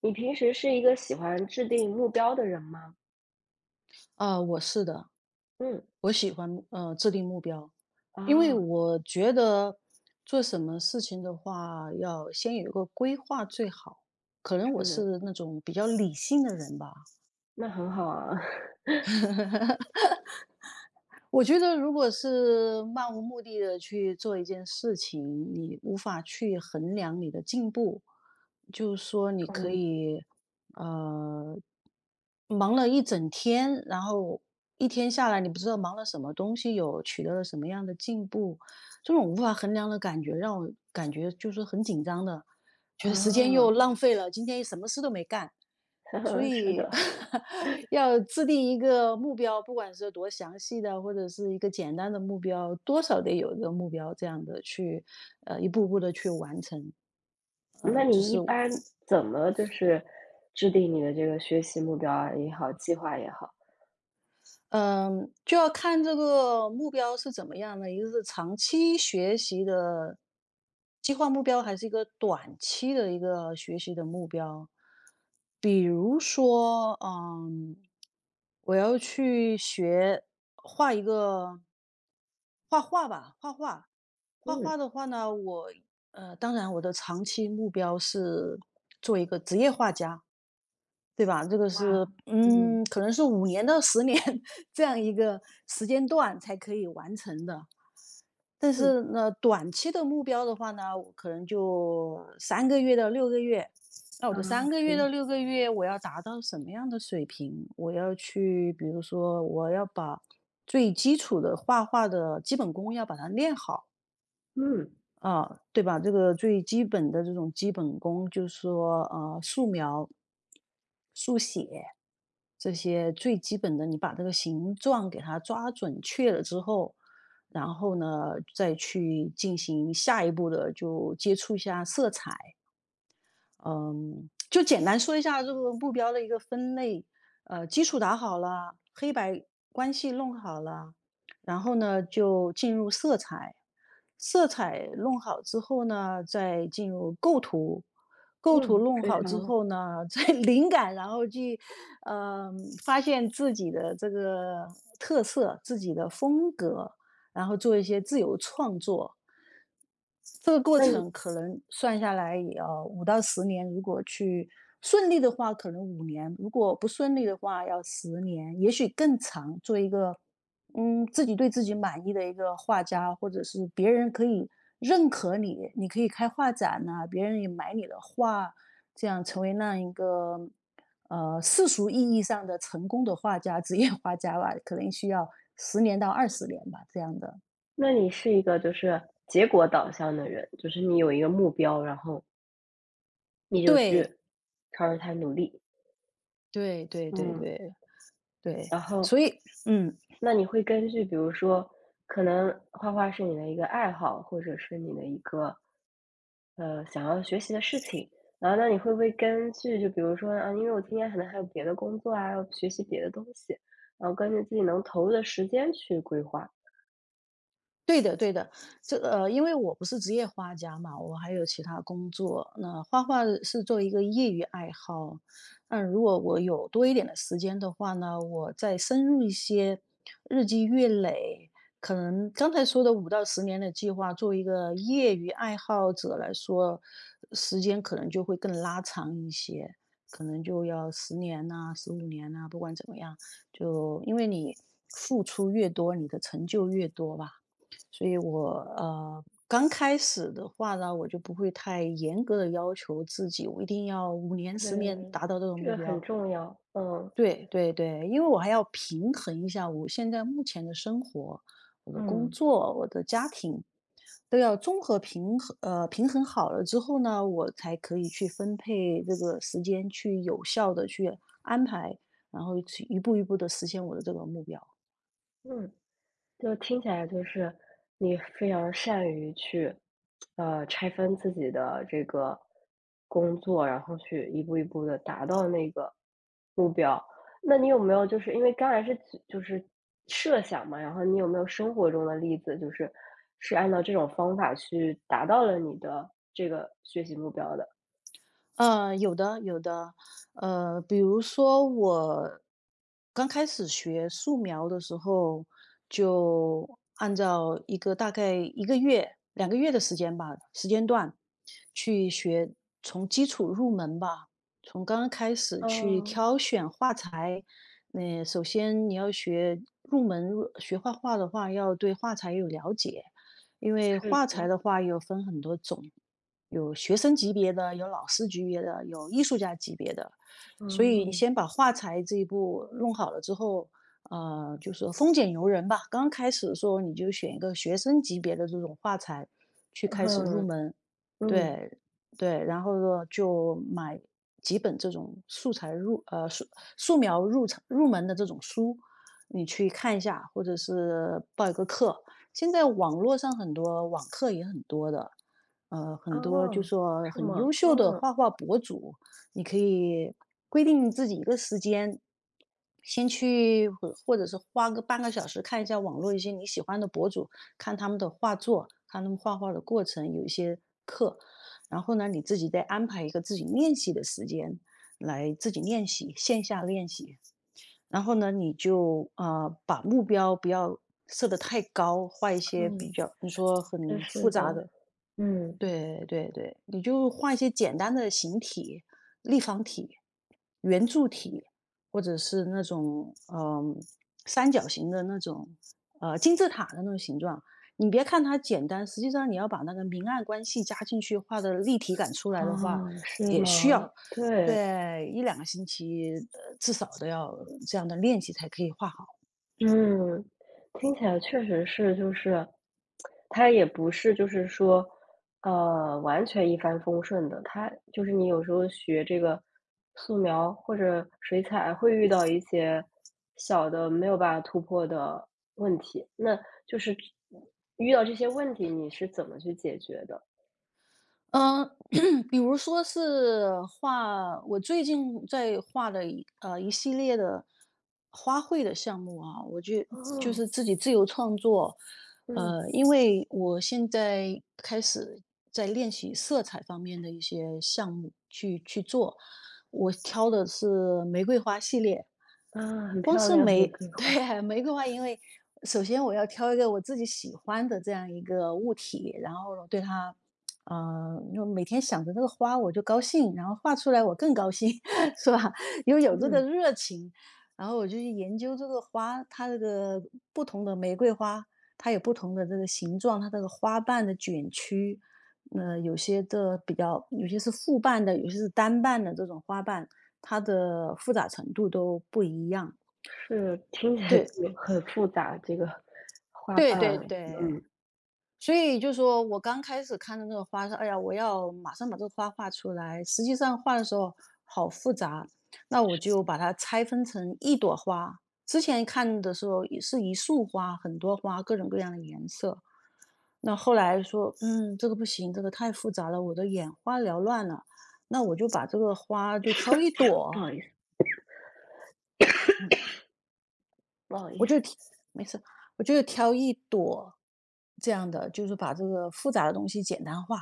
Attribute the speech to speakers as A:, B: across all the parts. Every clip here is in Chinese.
A: 你平时是一个喜欢制定目标的人吗？
B: 啊，我是的，
A: 嗯，
B: 我喜欢制定目标，因为
A: 啊，
B: 我觉得做什么事情的话，要先有一个规划最好。可能我
A: 是，
B: 是那种比较理性的人吧，
A: 那很好啊，
B: 我觉得如果是漫无目的的去做一件事情，你无法去衡量你的进步。就是说你
A: 同
B: 可
A: 意，
B: 以，呃，忙了一整天，然后一天下来，你不知道忙了什么东西，有取得了什么样的进步，这种无法衡量的感觉让我感觉就是很紧张的。觉得时间
A: 啊，
B: 又浪费了，今天什么事都没干。所
A: 是
B: 以
A: 的。
B: 要制定一个目标，不管是多详细的，或者是一个简单的目标，多少得有一个目标，这样的去，一步步的去完成。呃，
A: 那
B: 就
A: 你一
B: 是
A: 般怎么就是制定你的这个学习目标啊也好，计划也好？
B: 嗯，就要看这个目标是怎么样的，一个是长期学习的计划目标，还是一个短期的一个学习的目标。比如说，我要去学画一个画画吧，画画。画
A: 嗯，
B: 画的话呢，我当然我的长期目标是做一个职业画家，对吧？这个
A: 哇，
B: 是，
A: 嗯，
B: 可能是5年到10年 这样一个时间段才可以完成的。但
A: 嗯，
B: 是呢，短期的目标的话呢，我可能就三个月到六个月。那我
A: 啊，
B: 的三个月到
A: 是，
B: 六个月，我要达到什么样的水平？我要去，比如说，我要把最基础的画画的基本功要把它练好。
A: 嗯，
B: 啊，对吧？这个最基本的这种基本功，就是说，素描、速写这些最基本的，你把这个形状给它抓准确了之后，然后呢，再去进行下一步的，就接触一下色彩，嗯，就简单说一下这个目标的一个分类，基础打好了，黑白关系弄好了，然后呢就进入色彩，色彩弄好之后呢，再进入构图，构图
A: 嗯，
B: 弄
A: 非
B: 好
A: 常
B: 之
A: 好。
B: 后呢，再 灵感，然后去，呃，发现自己的这个特色，自己的风格，然后做一些自由创作。这个过
A: 那你
B: 程可能算下来也要五到十年，如果去顺利的话，可能五年；如果不顺利的话，要十年，也许更长。做一个，自己对自己满意的一个画家，或者是别人可以认可你，你可以开画展呐、别人也买你的画，这样成为那样一个，世俗意义上的成功的画家，职业画家吧，可能需要10年到20年吧，这样的。
A: 那你是一个就是结果导向的人，就是你有一个目标，然后你就
B: 对，
A: 去朝着它努力。
B: 对对对
A: 嗯，
B: 对，对，
A: 然后
B: 所以嗯。
A: 那你会根据比如说，可能画画是你的一个爱好，或者是你的一个，想要学习的事情。然后那你会不会根据就比如说，啊，因为我今天可能还有别的工作啊，要学习别的东西，然后根据自己能投入的时间去规划。
B: 对的，对的，这因为我不是职业画家嘛，我还有其他工作。那画画是作为一个业余爱好，那如果我有多一点的时间的话呢，我再深入一些，日积月累，可能刚才说的五到十年的计划，作为一个业余爱好者来说，时间可能就会更拉长一些，可能就要10年呐、15年呐、不管怎么样，就因为你付出越多，你的成就越多吧。所以我刚开始的话呢，我就不会太严格的要求自己，我一定要5年、10年
A: 对，
B: 达到这个
A: 这
B: 目
A: 个很
B: 标。
A: 重要，嗯。
B: 对对对，因为我还要平衡一下我现在目前的生活、我的工
A: 嗯。
B: 作、我的家庭，都要综合平衡好了之后呢，我才可以去分配这个时间，去有效的去安排，然后去一步一步的实现我的这个目标。
A: 嗯。就听起来就是你非常善于去，拆分自己的这个工作，然后去一步一步的达到那个目标。那你有没有就是因为刚才是就是设想嘛，然后你有没有生活中的例子，就是是按照这种方法去达到了你的这个学习目标的？
B: 有的有的，比如说我刚开始学素描的时候，就按照一个大概1个月、2个月的时间吧，时间段去学，从基础入门吧，从刚刚开始去
A: 嗯，
B: 挑选画材。那首先你要学入门入学画画的话，要对画材有了解，因为
A: 是
B: 画材
A: 的，
B: 的话有分很多种。有学生级别的，有老师级别的，有艺术家级别的。所以你
A: 嗯。
B: 先把画材这一步弄好了之后，就是"丰俭由人吧。刚开始的时候你就选一个学生级别的这种画材去开始入
A: 嗯，
B: 门，
A: 嗯，
B: 对，对，然后呢就买几本这种素描入门的这种书，你去看一下，或者是报一个课，现在网络上很多网课也很多的，很多就
A: 哦，
B: 说
A: 是
B: 很优
A: 吗？
B: 秀的
A: 哦，
B: 画画博主，你可以规定自己一个时间，先去或者是花个半个小时看一下网络一些你喜欢的博主，看他们的画作，看他们画画的过程，有一些课，然后呢，你自己再安排一个自己练习的时间，来自己练习，线下练习。然后呢，你就把目标不要设得太高，画一些
A: 嗯，
B: 比
A: 嗯，
B: 较你说
A: 真
B: 很
A: 是
B: 复杂
A: 的。
B: 的，
A: 嗯。
B: 对对对，你就画一些简单的形体、立方体、圆柱体，或者是那种三角形的那种金字塔的那种形状。你别看它简单，实际上你要把那个明暗关系加进去，画的立体感出来的话，
A: 哦，是
B: 也需
A: 吗？
B: 要
A: 对，
B: 对一两个星期，至少都要这样的练习才可以画好。
A: 嗯，听起来确实是，就是它也不是就是说，完全一帆风顺的。它就是你有时候学这个素描或者水彩，会遇到一些小的没有办法突破的问题，那就是遇到这些问题，你是怎么去解决的？
B: 嗯，比如说是画，我最近在画的一系列的花卉的项目啊，我就就
A: 哦，
B: 是自己自由创作，
A: 嗯，
B: 因为我现在开始在练习色彩方面的一些项目去做，我挑的是玫瑰花系列，
A: 啊，很
B: 光
A: 漂
B: 是
A: 亮玫
B: 玫，
A: 瑰 花，
B: 对，玫瑰花，因为首先我要挑一个我自己喜欢的这样一个物体，然后对它啊，就每天想着这个花我就高兴，然后画出来我更高兴，是吧？因为有这个
A: 嗯。
B: 热情，然后我就去研究这个花，它这个不同的玫瑰花，它有不同的这个形状，它这个花瓣的卷曲，有些是复瓣的，有些是单瓣的这种花瓣，它的复杂程度都不一样。
A: 是，听起来
B: 对，
A: 就很复杂，这个花
B: 对
A: 瓣，
B: 对对。
A: 嗯，
B: 所以就说我刚开始看的那个花说："哎呀，我要马上把这个花画出来。"实际上画的时候好复杂，那我就把它拆分成一朵花。之前看的时候也是一束花，很多花，各种各样的颜色。那后来说："嗯，这个不行，这个太复杂了，我的眼花缭乱了。"那我就把这个花就挑一
A: 不
B: 朵，
A: 好意思，不好
B: 我
A: 意思，
B: 就挑没事，我就挑一朵这样的，就是把这个复杂的东西简单化，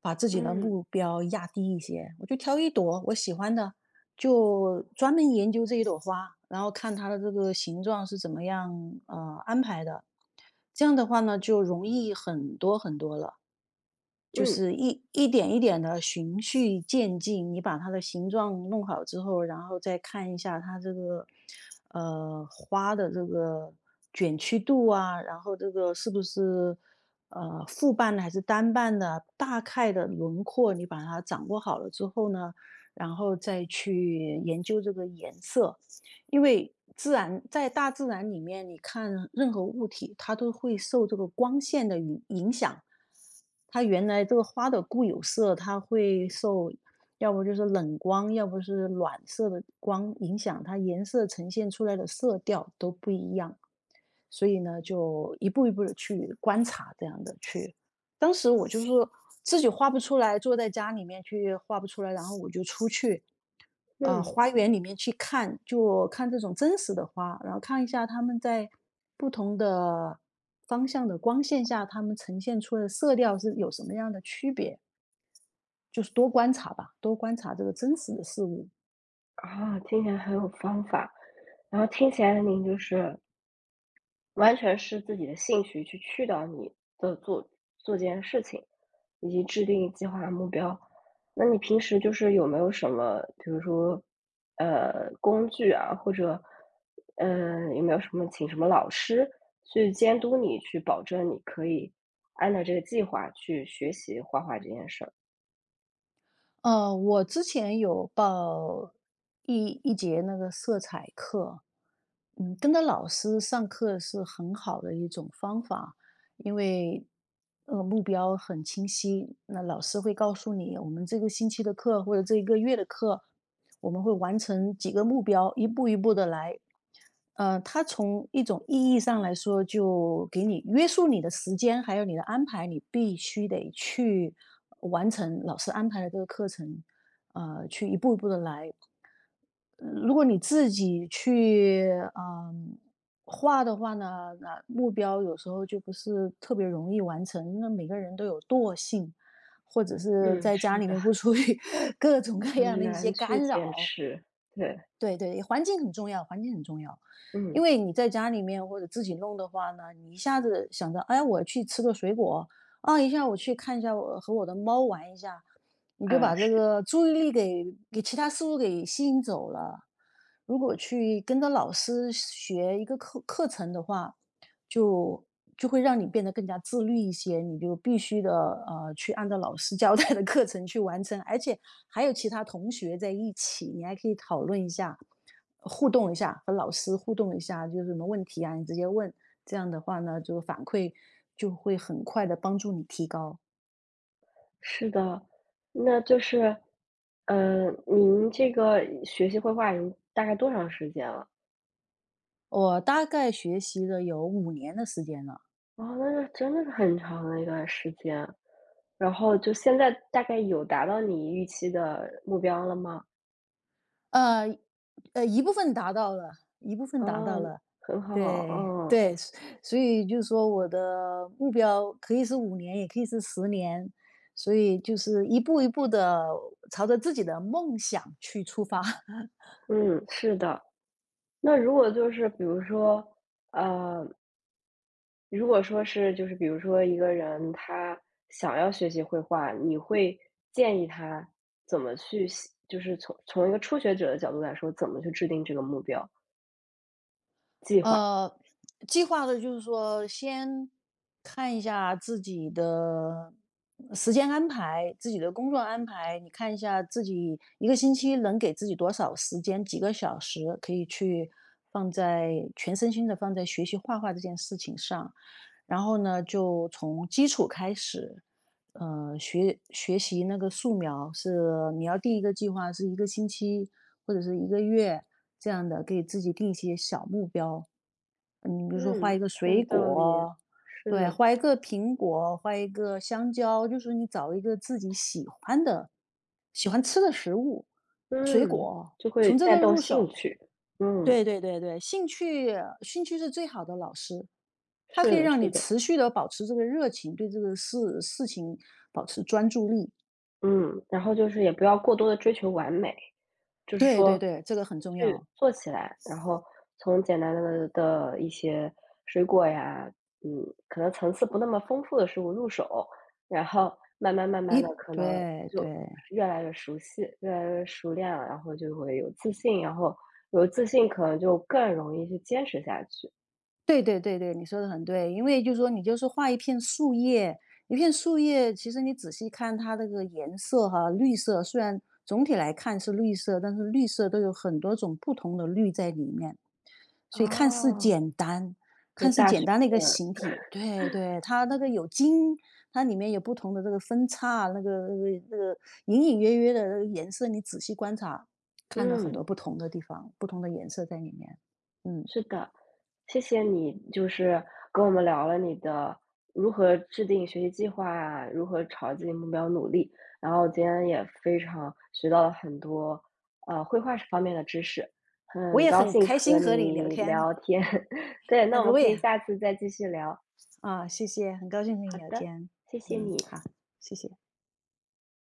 B: 把自己的
A: 嗯，
B: 目标压低一些。我就挑一朵我喜欢的，就专门研究这一朵花，然后看它的这个形状是怎么样安排的。这样的话呢，就容易很多很多了。就
A: 嗯，
B: 是一点一点的循序渐进，你把它的形状弄好之后，然后再看一下它这个，花的这个卷曲度啊，然后这个是不是，复瓣的还是单瓣的，大概的轮廓你把它掌握好了之后呢，然后再去研究这个颜色。因为自然在大自然里面，你看任何物体，它都会受这个光线的影响。它原来这个花的固有色，它会受，要不就是冷光，要不是暖色的光影响，它颜色呈现出来的色调都不一样。所以呢，就一步一步的去观察这样的去。当时我就是自己画不出来，坐在家里面去画不出来，然后我就出去，
A: 嗯，
B: 花园里面去看，就看这种真实的花，然后看一下它们在不同的方向的光线下，它们呈现出来的色调是有什么样的区别，就是多观察吧，多观察这个真实的事物。
A: 哦，听起来很有方法，然后听起来您就是完全是自己的兴趣去驱导你的做这件事情，以及制定计划目标。那你平时就是有没有什么，比如说，工具啊，或者，有没有什么请什么老师去监督你，去保证你可以按照这个计划去学习画画这件事儿？
B: 我之前有报一节那个色彩课，嗯，跟着老师上课是很好的一种方法，因为目标很清晰，那老师会告诉你，我们这个星期的课或者这一个月的课，我们会完成几个目标，一步一步的来，它从一种意义上来说，就给你约束你的时间，还有你的安排，你必须得去完成老师安排的这个课程，去一步一步的来。如果你自己去嗯、画的话呢，那目标有时候就不是特别容易完成，因为每个人都有惰性，或者是
A: 嗯，
B: 在家
A: 是
B: 里
A: 的，
B: 面不出去 各种各样
A: 很
B: 的一些
A: 难去
B: 干
A: 坚
B: 扰。
A: 持，对，
B: 对对，环境很重要，环境很重要。因
A: 嗯，
B: 为你在家里面或者自己弄的话呢，你一下子想着，哎，我去吃个水果，啊，一下我去看一下我和我的猫玩一下，你就
A: 啊，
B: 把这
A: 是。
B: 个注意力给其他事物给吸引走了。如果去跟着老师学一个课程的话，就就会让你变得更加自律一些，你就必须的去按照老师 交代的课程去完成，而且还有其他同学在一起，你还可以讨论一下，互动一下，和老师互动一下，就是什么问题啊，你直接问，这样的话呢，就反馈就会很快的帮助你提高。
A: 是的，那就是，您这个学习绘画已经大概多长时间了？
B: 我大概学习了有五年的时间了。
A: 哦，那是真的是很长的一段时间，然后就现在大概有达到你预期的目标了吗？
B: 呃，一部分达到了，一部分达到
A: 嗯，
B: 了。
A: 很好，
B: 对，
A: 嗯，
B: 对，所以就是说我的目标可以是五年，也可以是十年，所以就是一步一步的朝着自己的梦想去出发。
A: 嗯，是的。那如果就是比如说，呃，如果说是就是比如说一个人他想要学习绘画，你会建议他怎么去写就是从一个初学者的角度来说，怎么去制定这个目标计划？
B: 呃，计划的就是说先看一下自己的时间安排，自己的工作安排，你看一下自己一个星期能给自己多少时间，几个小时可以去放在全身心的放在学习画画这件事情上。然后呢，就从基础开始，学习那个素描是你要定一个计划，是一个星期或者是一个月这样的，给自己定一些小目标，嗯，比如说画一
A: 嗯，
B: 个
A: 很有
B: 水
A: 道理，
B: 果，对，
A: 是，
B: 画一个苹果，画一个香蕉，就是你找一个自己喜欢的、喜欢吃的食物、水
A: 嗯。
B: 果，
A: 就会
B: 从这
A: 带
B: 个
A: 动
B: 入
A: 兴
B: 手。
A: 趣，嗯。
B: 对对对对，兴趣兴趣是最好的老师，它可
A: 是
B: 以
A: 的，
B: 让你
A: 是的。
B: 持续的保持这个热情，对这个事情保持专注力。
A: 嗯，然后就是也不要过多的追求完美，就是
B: 对对
A: 说
B: 对，这个很重
A: 先去
B: 要。
A: 做起来，然后从简单的一些水果呀，嗯，可能层次不那么丰富的食物入手，然后慢慢慢慢
B: 一
A: 的可能
B: 对
A: 就
B: 对。
A: 越来越熟悉，越来越熟练了，然后就会有自信，然后有自信可能就更容易去坚持下去。
B: 对对对对，你说的很对。因为就是说你就是画一片树叶，一片树叶，其实你仔细看它那个颜色哈，绿色虽然总体来看是绿色，但是绿色都有很多种不同的绿在里面。所以看似
A: 哦。
B: 简单，
A: 就
B: 看似
A: 大
B: 简
A: 学
B: 单的一个
A: 问，
B: 形体，对对，它那个有茎，它里面有不同的这个分叉，那个隐隐约约的那个颜色，你仔细观察，看到很多
A: 嗯。
B: 不同的地方，不同的颜色在里面。嗯。
A: 是的，谢谢你，就是跟我们聊了你的如何制定学习计划啊如何朝自己目标努力。然后今天也非常学到了很多，绘画方面的知识，
B: 我
A: 很
B: 也
A: 高
B: 很
A: 兴
B: 开
A: 和
B: 心和你聊
A: 你
B: 天
A: 聊天。对，那我
B: ，and
A: 们
B: 我
A: 可以
B: 也
A: 下次再继续聊。
B: 啊，谢谢，很高兴和你
A: 好
B: 聊
A: 的，
B: 天，
A: 谢谢
B: 嗯，
A: 你。
B: 好，谢谢。